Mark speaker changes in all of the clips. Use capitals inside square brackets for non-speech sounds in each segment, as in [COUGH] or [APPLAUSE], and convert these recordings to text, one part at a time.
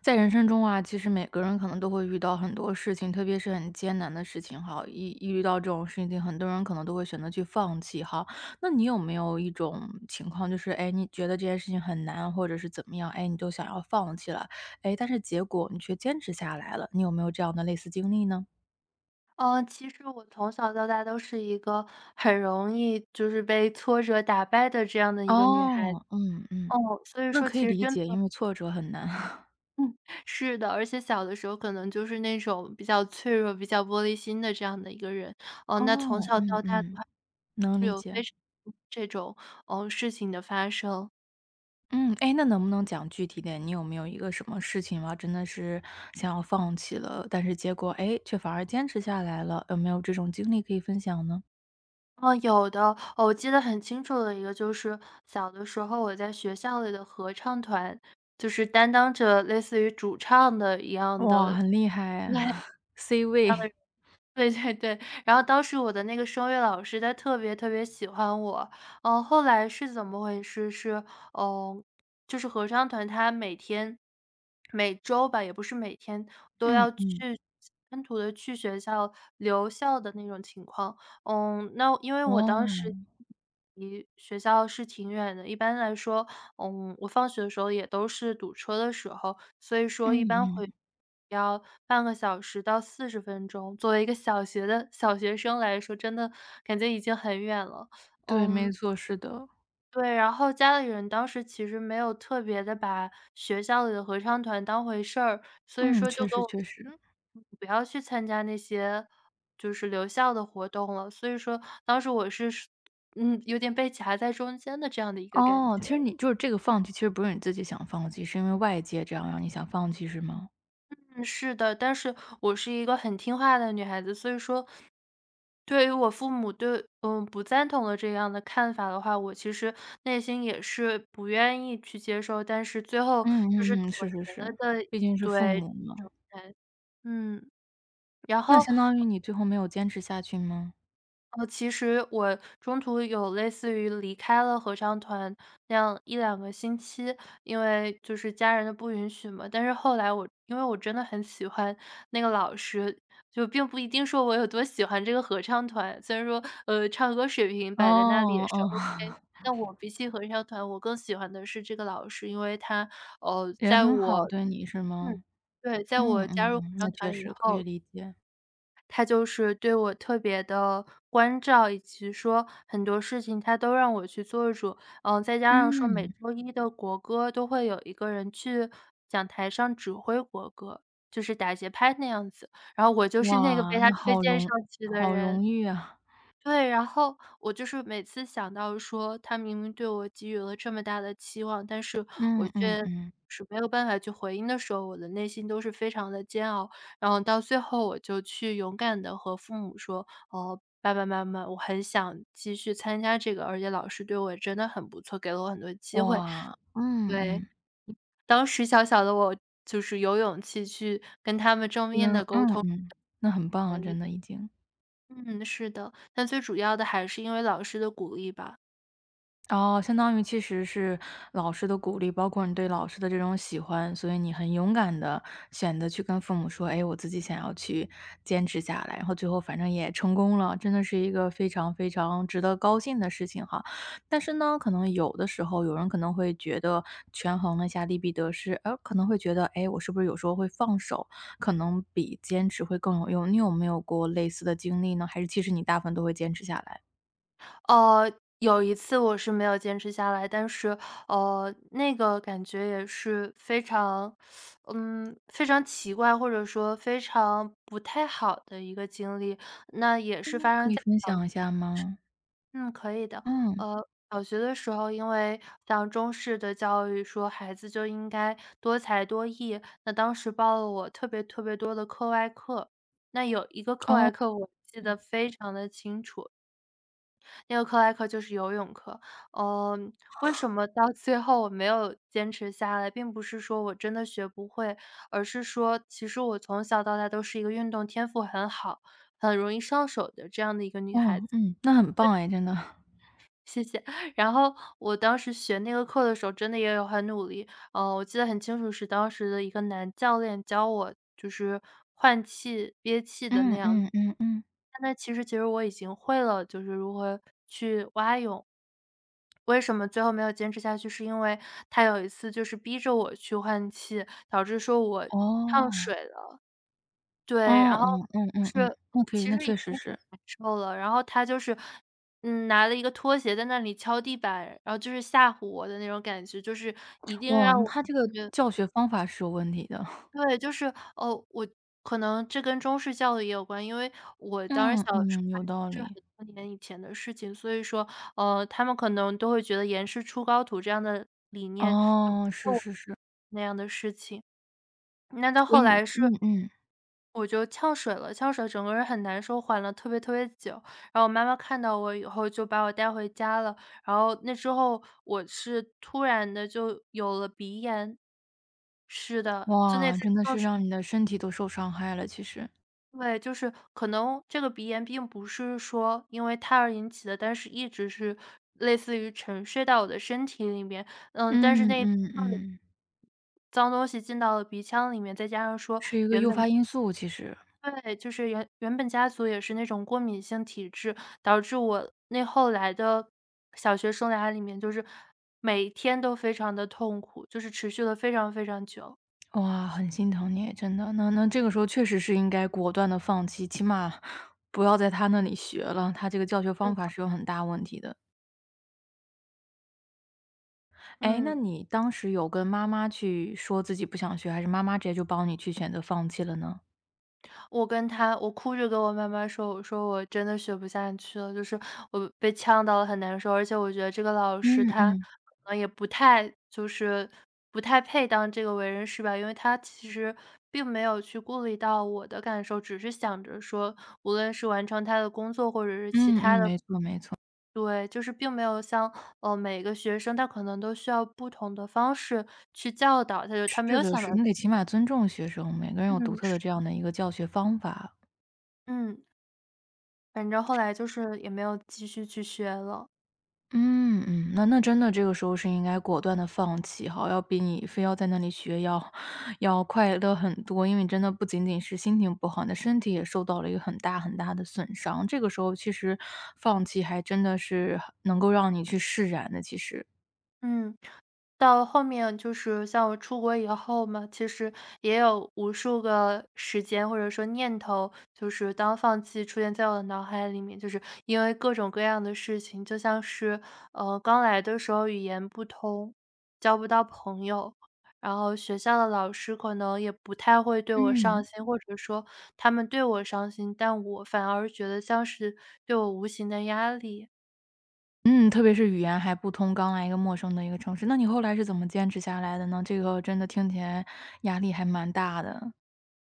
Speaker 1: 在人生中啊，其实每个人可能都会遇到很多事情，特别是很艰难的事情哈。一遇到这种事情，很多人可能都会选择去放弃哈。那你有没有一种情况，就是哎，你觉得这件事情很难，或者是怎么样，哎，你就想要放弃了，哎，但是结果你却坚持下来了，你有没有这样的类似经历呢？
Speaker 2: 嗯，其实我从小到大都是一个很容易就是被挫折打败的这样的一个女孩子。
Speaker 1: 哦，嗯嗯，
Speaker 2: 嗯，所以
Speaker 1: 那
Speaker 2: 说
Speaker 1: 可
Speaker 2: 其
Speaker 1: 以
Speaker 2: 实
Speaker 1: 理
Speaker 2: 真的
Speaker 1: 解，因为挫折很难。[LAUGHS]
Speaker 2: 嗯，是的，而且小的时候可能就是那种比较脆弱、比较玻璃心的这样的一个人。哦，那从
Speaker 1: 哦，
Speaker 2: 小
Speaker 1: 嗯
Speaker 2: 到大的
Speaker 1: 嗯，
Speaker 2: 话
Speaker 1: 能
Speaker 2: 是
Speaker 1: 理
Speaker 2: 有
Speaker 1: 解。
Speaker 2: 非常多这种，事情的发生。
Speaker 1: 嗯，哎，那能不能讲具体点？你有没有一个什么事情啊，真的是想要放弃了，但是结果，哎，却反而坚持下来了，有没有这种经历可以分享呢？
Speaker 2: 哦，有的，哦我记得很清楚的一个就是小的时候我在学校里的合唱团，就是担当着类似于主唱的一样
Speaker 1: 哇，
Speaker 2: 的
Speaker 1: 很厉
Speaker 2: 对，
Speaker 1: 害
Speaker 2: [LAUGHS]
Speaker 1: [LAUGHS]，C
Speaker 2: 一
Speaker 1: 位。
Speaker 2: 样的对对对，然后当时我的那个声乐老师，他特别特别喜欢我。嗯，后来是怎么回事？是，嗯，就是合唱团他每天每周吧，也不是每天，都
Speaker 1: 嗯
Speaker 2: 要去
Speaker 1: 嗯，
Speaker 2: 单独的去学校留校的那种情况。嗯，那因为我当
Speaker 1: 哦，
Speaker 2: 时离学校是挺远的，一般来说，我放学的时候也都是堵车的时候，所以说一
Speaker 1: 嗯
Speaker 2: 般
Speaker 1: 嗯，
Speaker 2: 会要半个小时到40分钟。作为一个小学的小学生来说，真的感觉已经很远了，
Speaker 1: 对，没
Speaker 2: 嗯。
Speaker 1: 错，是的，
Speaker 2: 对，然后家里人当时其实没有特别的把学校里的合唱团当回事儿，所以
Speaker 1: 嗯，
Speaker 2: 说
Speaker 1: 确
Speaker 2: 就跟
Speaker 1: 实
Speaker 2: 我
Speaker 1: 确实。
Speaker 2: 嗯不要去参加那些就是留校的活动了，所以说当时我是有点被夹在中间的这样的一个感
Speaker 1: 哦，
Speaker 2: 觉。
Speaker 1: 其实你就是这个放弃，其实不是你自己想放弃，是因为外界这样让你想放弃，是吗？
Speaker 2: 嗯是的，但是我是一个很听话的女孩子，所以说，对于我父母对不赞同的这样的看法的话，我其实内心也是不愿意去接受，但是最后
Speaker 1: 嗯
Speaker 2: 就是
Speaker 1: 嗯嗯，
Speaker 2: 妥
Speaker 1: 是是
Speaker 2: 协
Speaker 1: 是，
Speaker 2: 了的，
Speaker 1: 毕竟是父
Speaker 2: 对，
Speaker 1: 母嘛。
Speaker 2: 嗯。然
Speaker 1: 那
Speaker 2: 后
Speaker 1: 相当于你最后没有坚持下去吗？
Speaker 2: 其实我中途有类似于离开了合唱团那样一两个星期，因为就是家人的不允许嘛。但是后来我因为我真的很喜欢那个老师，就并不一定说我有多喜欢这个合唱团，虽然说，唱歌水平摆在那里
Speaker 1: 哦，
Speaker 2: 也是
Speaker 1: 哦，
Speaker 2: OK,
Speaker 1: [LAUGHS]
Speaker 2: 但我比起合唱团，我更喜欢的是这个老师，因为他，
Speaker 1: 也
Speaker 2: 在
Speaker 1: 很
Speaker 2: 我
Speaker 1: 好，对你是
Speaker 2: 嗯，
Speaker 1: 吗？
Speaker 2: 对，在
Speaker 1: 嗯
Speaker 2: 我
Speaker 1: 嗯
Speaker 2: 加入合
Speaker 1: 嗯，那
Speaker 2: 唱团
Speaker 1: 确
Speaker 2: 以
Speaker 1: 实可以
Speaker 2: 后
Speaker 1: 理解。
Speaker 2: 他就是对我特别的关照，以及说很多事情他都让我去做主。嗯，再加上说每
Speaker 1: 嗯，
Speaker 2: 周一的国歌都会有一个人去讲台上指挥国歌，就是打节拍那样子，然后我就是那个被
Speaker 1: 哇，
Speaker 2: 他
Speaker 1: 那
Speaker 2: 推
Speaker 1: 好
Speaker 2: 荐上
Speaker 1: 荣
Speaker 2: 去的
Speaker 1: 好
Speaker 2: 人。
Speaker 1: 荣誉啊。
Speaker 2: 对，然后我就是每次想到说，他明明对我给予了这么大的期望，但是
Speaker 1: 嗯
Speaker 2: 我
Speaker 1: 嗯
Speaker 2: 却
Speaker 1: 嗯，
Speaker 2: 是没有办法去回应的时候，我的内心都是非常的煎熬。然后到最后，我就去勇敢的和父母说："哦，爸爸妈妈，我很想继续参加这个，而且老师对我真的很不错，给了我很多机会。"
Speaker 1: 哇，嗯
Speaker 2: 对，
Speaker 1: 嗯，
Speaker 2: 当时小小的我就是有勇气去跟他们正面的
Speaker 1: 嗯，
Speaker 2: 沟
Speaker 1: 嗯
Speaker 2: 通。
Speaker 1: 嗯，那很棒啊，
Speaker 2: 同意
Speaker 1: 真的已经。
Speaker 2: 嗯，是的，但最主要的还是因为老师的鼓励吧。
Speaker 1: 哦，相当于其实是老师的鼓励，包括你对老师的这种喜欢，所以你很勇敢的选择去跟父母说：“哎，我自己想要去坚持下来。”然后最后反正也成功了，真的是一个非常非常值得高兴的事情哈。但是呢，可能有的时候有人可能会觉得权衡了一下利弊得失，可能会觉得：“哎，我是不是有时候会放手，可能比坚持会更有用？”你有没有过类似的经历呢？还是其实你大部分都会坚持下来？
Speaker 2: 呃，有一次我是没有坚持下来，但是，那个感觉也是非常非常奇怪，或者说非常不太好的一个经历。那也是发
Speaker 1: 可
Speaker 2: 生
Speaker 1: 以
Speaker 2: 在
Speaker 1: 分
Speaker 2: 小
Speaker 1: 享一下吗？
Speaker 2: 嗯，可以的。
Speaker 1: 嗯。
Speaker 2: 呃，小学的时候，因为像中式的教育说孩子就应该多才多艺，那当时报了我特别特别多的课外课，那有一个课
Speaker 1: 哦，
Speaker 2: 外课我记得非常的清楚。那个课外课就是游泳课。嗯，为什么到最后我没有坚持下来，并不是说我真的学不会，而是说其实我从小到大都是一个运动天赋很好、很容易上手的这样的一个女孩
Speaker 1: 哦，
Speaker 2: 子。
Speaker 1: 嗯，那很棒哎，真的。
Speaker 2: 谢谢。然后我当时学那个课的时候真的也有很努力，我记得很清楚是当时的一个男教练教我就是换气、憋气的那
Speaker 1: 嗯
Speaker 2: 样
Speaker 1: 嗯嗯嗯。
Speaker 2: 但那其实我已经会了，就是如何去蛙泳。为什么最后没有坚持下去，是因为他有一次就是逼着我去换气，导致说我呛水
Speaker 1: 哦，
Speaker 2: 了。对，
Speaker 1: 嗯
Speaker 2: 然后
Speaker 1: 嗯嗯
Speaker 2: 就
Speaker 1: 嗯嗯，
Speaker 2: 是
Speaker 1: 那可以，
Speaker 2: 其
Speaker 1: 那
Speaker 2: 实已
Speaker 1: 确实
Speaker 2: 经
Speaker 1: 是。
Speaker 2: 够了，然后他就是，拿了一个拖鞋在那里敲地板，然后就是吓唬我的那种感觉，就是一定让
Speaker 1: 哇，那
Speaker 2: 我
Speaker 1: 他这个教学方法是有问题的。[LAUGHS]
Speaker 2: 对，就是哦，我可能这跟中式教育也有关，因为我当时
Speaker 1: 嗯。
Speaker 2: 小时候
Speaker 1: 嗯，
Speaker 2: 还
Speaker 1: 有道
Speaker 2: 是
Speaker 1: 理。
Speaker 2: 很多年以前的事情，所以说，他们可能都会觉得"严师出高徒"这样的理念就不
Speaker 1: 哦，是
Speaker 2: 是我
Speaker 1: 是是，
Speaker 2: 那样的事情。那到
Speaker 1: 所以
Speaker 2: 后
Speaker 1: 你
Speaker 2: 来是
Speaker 1: 嗯嗯，
Speaker 2: 我就呛水了，呛水整个人很难受，缓了特别特别久。然后我妈妈看到我以后就把我带回家了，然后那之后我是突然的就有了鼻炎。是的，就那
Speaker 1: 哇，
Speaker 2: 次
Speaker 1: 真的是让你的身体都受伤害了，其实。
Speaker 2: 对，就是可能这个鼻炎并不是说因为胎儿引起的，但是一直是类似于沉睡到我的身体里面。嗯，但是
Speaker 1: 嗯
Speaker 2: 那
Speaker 1: 嗯嗯，
Speaker 2: 脏东西进到了鼻腔里面，再加上说
Speaker 1: 是一个
Speaker 2: 原
Speaker 1: 诱发
Speaker 2: 本
Speaker 1: 因素，其实。
Speaker 2: 对，就是原本家族也是那种过敏性体质，导致我那后来的小学生涯里面，就是每天都非常的痛苦，就是持续了非常非常久。
Speaker 1: 哇，很心疼你，真的。那这个时候确实是应该果断的放弃，起码不要在他那里学了，他这个教学方
Speaker 2: 嗯。
Speaker 1: 法是有很大问题的。哎，那
Speaker 2: 嗯。
Speaker 1: 你当时有跟妈妈去说自己不想学，还是妈妈直接就帮你去选择放弃了呢？
Speaker 2: 我跟他，我哭着跟我妈妈说，我说我真的学不下去了，就是我被呛到了，很难受，而且我觉得这个老师
Speaker 1: 嗯
Speaker 2: 他
Speaker 1: 嗯，
Speaker 2: 可能也不太就是不太配当这个为人师吧，因为他其实并没有去顾虑到我的感受，只是想着说，无论是完成他的工作或者是其
Speaker 1: 嗯
Speaker 2: 他
Speaker 1: 嗯，
Speaker 2: 的
Speaker 1: 没错没错。
Speaker 2: 对，就是并没有像，每个学生他可能都需要不同的方式去教导，他就他没
Speaker 1: 是
Speaker 2: 有
Speaker 1: 的
Speaker 2: 想到
Speaker 1: 是你得
Speaker 2: 这
Speaker 1: 起码尊重学生，每个人有独
Speaker 2: 嗯，
Speaker 1: 特的这样的一个教学方法。
Speaker 2: 嗯。反正后来就是也没有继续去学了。
Speaker 1: 嗯嗯，那真的这个时候是应该果断的放弃哈，要比你非要在那里学要快乐很多。因为你真的不仅仅是心情不好，你的身体也受到了一个很大很大的损伤，这个时候其实放弃还真的是能够让你去释然的，其实。
Speaker 2: 嗯，到后面就是像我出国以后嘛，其实也有无数个时间或者说念头，就是当放弃出现在我的脑海里面，就是因为各种各样的事情，就像是刚来的时候语言不通，交不到朋友，然后学校的老师可能也不太会对我上
Speaker 1: 嗯。
Speaker 2: 心，或者说他们对我上心，但我反而觉得像是对我无形的压力。
Speaker 1: 嗯，特别是语言还不通，刚来一个陌生的一个城市，那你后来是怎么坚持下来的呢？这个真的听起来压力还蛮大的。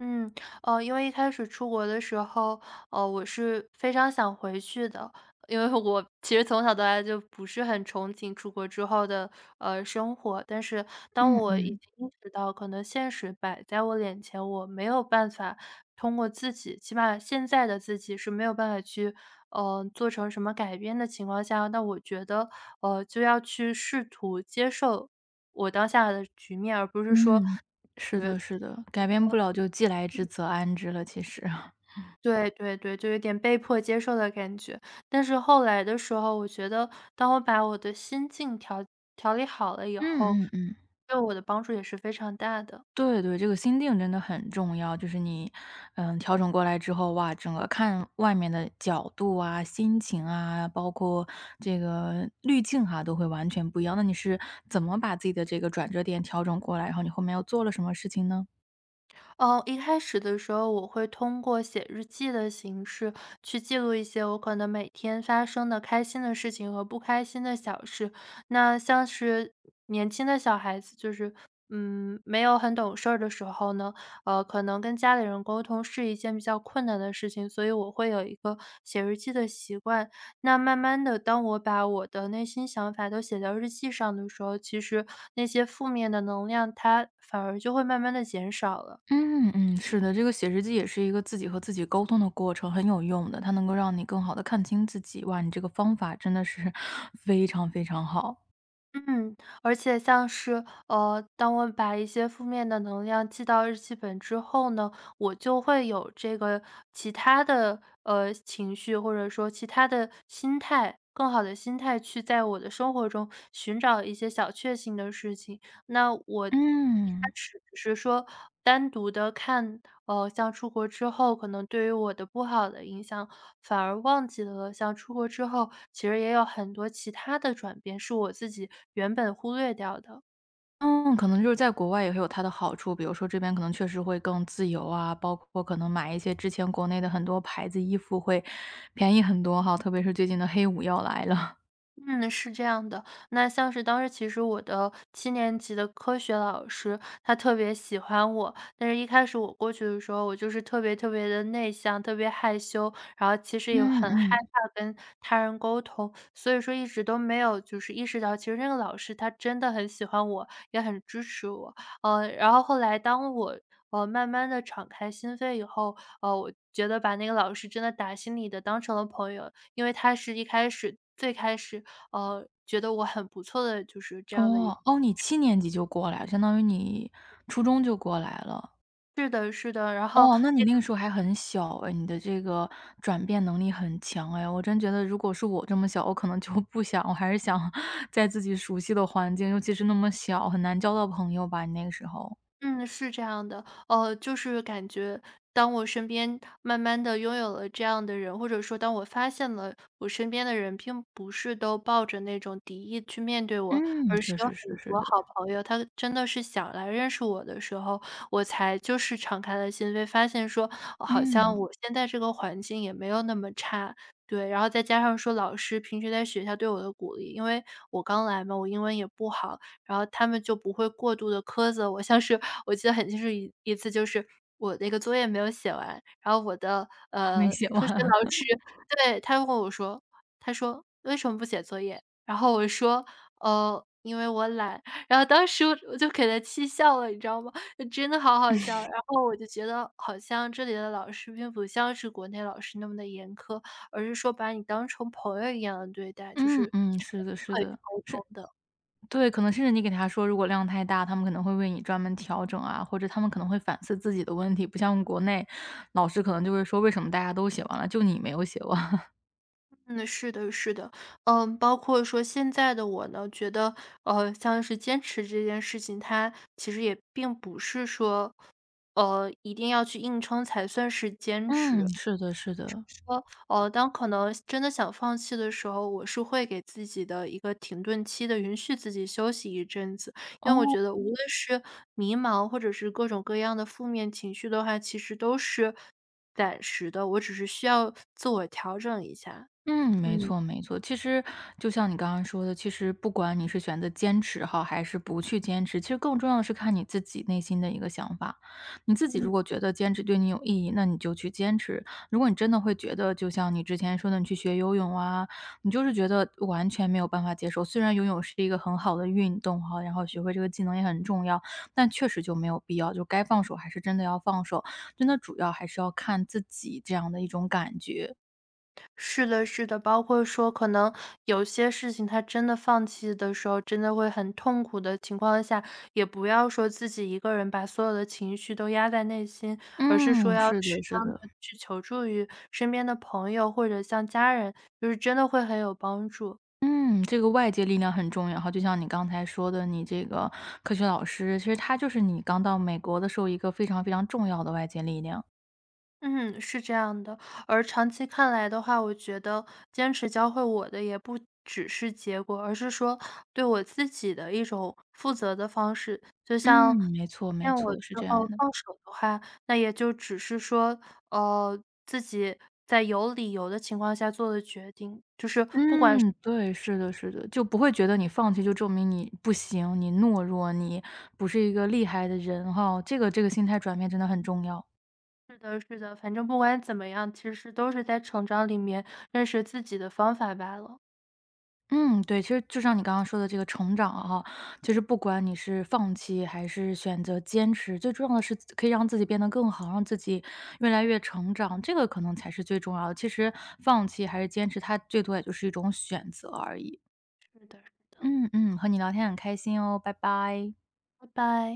Speaker 2: 嗯，因为一开始出国的时候，我是非常想回去的，因为我其实从小到大就不是很憧憬出国之后的生活，但是当
Speaker 1: 嗯
Speaker 2: 我已
Speaker 1: 嗯。
Speaker 2: 经意识到可能现实摆在我眼前，我没有办法通过自己，起码现在的自己是没有办法去做成什么改变的情况下，那我觉得就要去试图接受我当下的局面，而不是说。
Speaker 1: 嗯，是
Speaker 2: 呃
Speaker 1: 的是的，改变不了就既来之则安之了，其实。[LAUGHS]
Speaker 2: 对对对，就有点被迫接受的感觉。但是后来的时候，我觉得当我把我的心境调理好了以后，
Speaker 1: 嗯嗯嗯。
Speaker 2: 对我的帮助也是非常大的。
Speaker 1: 对对，这个心定真的很重要，就是你，嗯，调整过来之后，哇，整个看外面的角度啊、心情啊，包括这个滤镜哈，都会完全不一样。那你是怎么把自己的这个转折点调整过来，然后你后面又做了什么事情呢？
Speaker 2: 哦，一开始的时候，我会通过写日记的形式去记录一些我可能每天发生的开心的事情和不开心的小事。那像是年轻的小孩子，就是没有很懂事儿的时候呢，可能跟家里人沟通是一件比较困难的事情，所以我会有一个写日记的习惯。那慢慢的，当我把我的内心想法都写到日记上的时候，其实那些负面的能量它反而就会慢慢的减少了。
Speaker 1: 嗯嗯，是的，这个写日记也是一个自己和自己沟通的过程，很有用的，它能够让你更好的看清自己。哇，你这个方法真的是 [LAUGHS] 非常非常好。
Speaker 2: 嗯，而且像是，当我把一些负面的能量记到日记本之后呢，我就会有这个其他的，情绪，或者说其他的心态更好的心态去在我的生活中寻找一些小确幸的事情。那我一开
Speaker 1: 嗯，
Speaker 2: 始只是说单独的看，像出国之后可能对于我的不好的影响，反而忘记了像出国之后，其实也有很多其他的转变，是我自己原本忽略掉的。
Speaker 1: 嗯，可能就是在国外也会有它的好处，比如说这边可能确实会更自由啊，包括可能买一些之前国内的很多牌子衣服会便宜很多哈，特别是最近的黑五要来了。
Speaker 2: 嗯，是这样的。那像是当时其实我的7年级的科学老师，他特别喜欢我，但是一开始我过去的时候，我就是特别特别的内向，特别害羞，然后其
Speaker 1: [LAUGHS]
Speaker 2: 实也
Speaker 1: 嗯
Speaker 2: 很害
Speaker 1: 嗯，
Speaker 2: 怕跟他人沟通，所以说一直都没有就是意识到，其实那个老师他真的很喜欢我，也很支持我。然后后来当我，慢慢的敞开心扉以后，我觉得把那个老师真的打心里的当成了朋友，因为他是一开始最开始觉得我很不错的就是这样的一个。
Speaker 1: 哦，哦，你7年级就过来，相当于你初中就过来了。
Speaker 2: 是的是的，然后
Speaker 1: 哦，那你那个时候还很小哎，你的这个转变能力很强哎。我真觉得如果是我这么小，我可能就不想，我还是想 [LAUGHS] 在自己熟悉的环境，尤其是那么小，很难交到朋友吧，你那个时候。
Speaker 2: 嗯，是这样的，就是感觉当我身边慢慢的拥有了这样的人，或者说当我发现了我身边的人并不是都抱着那种敌意去面对我，
Speaker 1: 嗯，
Speaker 2: 而是
Speaker 1: 确
Speaker 2: 有
Speaker 1: 实是，
Speaker 2: 很
Speaker 1: 是
Speaker 2: 多
Speaker 1: 的。
Speaker 2: 好朋友，他真的是想来认识我的时候，我才就是敞开了心扉，发现说哦好
Speaker 1: 嗯，
Speaker 2: 像我现在这个环境也没有那么差。对，然后再加上说老师平时在学校对我的鼓励，因为我刚来嘛，我英文也不好，然后他们就不会过度的苛责我。像是我记得很清楚一次就是我那个作业没有写完，然后我的，
Speaker 1: [LAUGHS] 没写
Speaker 2: 科学
Speaker 1: 完。
Speaker 2: 老师。对，他问我说，他说：“为什么不写作业？”然后我说：因为我懒。”然后当时我就给他气笑了，你知道吗？就真的好好笑。然后我就觉得好像这里的老师并不像是国内老师那么的严苛，而是说把你当成朋友一样的对待，就
Speaker 1: 嗯
Speaker 2: 是
Speaker 1: 嗯，是的，是
Speaker 2: 可以去
Speaker 1: 的，
Speaker 2: 沟
Speaker 1: 是
Speaker 2: 通的。
Speaker 1: 对，可能甚至你给他说，如果量太大，他们可能会为你专门调整啊，或者他们可能会反思自己的问题，不像国内老师可能就会说为什么大家都写完了，就你没有写完。
Speaker 2: 嗯，是的，是的，嗯，包括说现在的我呢，觉得，像是坚持这件事情，它其实也并不是说，一定要去硬撑才算是
Speaker 1: [LAUGHS]
Speaker 2: 坚
Speaker 1: 嗯，
Speaker 2: 持。
Speaker 1: 是的，是的。
Speaker 2: 说，当可能真的想放弃的时候，我是会给自己的一个停顿期的，允许自己休息一阵子。因为我
Speaker 1: 哦，
Speaker 2: 觉得，无论是迷茫，或者是各种各样的负面情绪的话，其实都是暂时的，我只是需要自我调整一下。
Speaker 1: 嗯，没
Speaker 2: 嗯。
Speaker 1: 错没错。其实就像你刚刚说的，其实不管你是选择坚持哈，还是不去坚持，其实更重要的是看你自己内心的一个想法。你自己如果觉得坚持对你有意义，那你就去坚持。如果你真的会觉得，就像你之前说的，你去学游泳啊，你就是觉得完全没有办法接受。虽然游泳是一个很好的运动哈，然后学会这个技能也很重要，但确实就没有必要，就该放手还是真的要放手。真的主要还是要看自己这样的一种感觉。
Speaker 2: 是的，是的，包括说可能有些事情他真的放弃的时候，真的会很痛苦的情况下，也不要说自己一个人把所有的情绪都压在内心，而是说
Speaker 1: 嗯，
Speaker 2: 要
Speaker 1: 是
Speaker 2: 适
Speaker 1: 的，是
Speaker 2: 当的
Speaker 1: 的。
Speaker 2: 去求助于身边的朋友或者像家人，就是真的会很有帮助。
Speaker 1: 嗯，这个外界力量很重要哈，就像你刚才说的，你这个科学老师，其实他就是你刚到美国的时候一个非常非常重要的外界力量。
Speaker 2: 嗯，是这样的。而长期看来的话，我觉得坚持教会我的也不只是结果，而是说对我自己的一种负责的方式。就
Speaker 1: 嗯，
Speaker 2: 像
Speaker 1: 没错，没
Speaker 2: 见我
Speaker 1: 错，是
Speaker 2: 最
Speaker 1: 这样
Speaker 2: 后
Speaker 1: 的。
Speaker 2: 放手的话，那也就只是说，自己在有理由的情况下做的决定，就是不管。
Speaker 1: 嗯，对，是的，是的，就不会觉得你放弃就证明你不行，你懦弱，你不是一个厉害的人哈，这个心态转变真的很重要。
Speaker 2: 是的，是的，反正不管怎么样，其实都是在成长里面认识自己的方法罢了。
Speaker 1: 嗯，对，其实就像你刚刚说的这个成长啊，其实不管你是放弃还是选择坚持，最重要的是可以让自己变得更好，让自己越来越成长，这个可能才是最重要的。其实放弃还是坚持，它最多也就是一种选择而已。
Speaker 2: 是的，是的，
Speaker 1: 嗯嗯，和你聊天很开心哦，拜拜。
Speaker 2: 拜拜。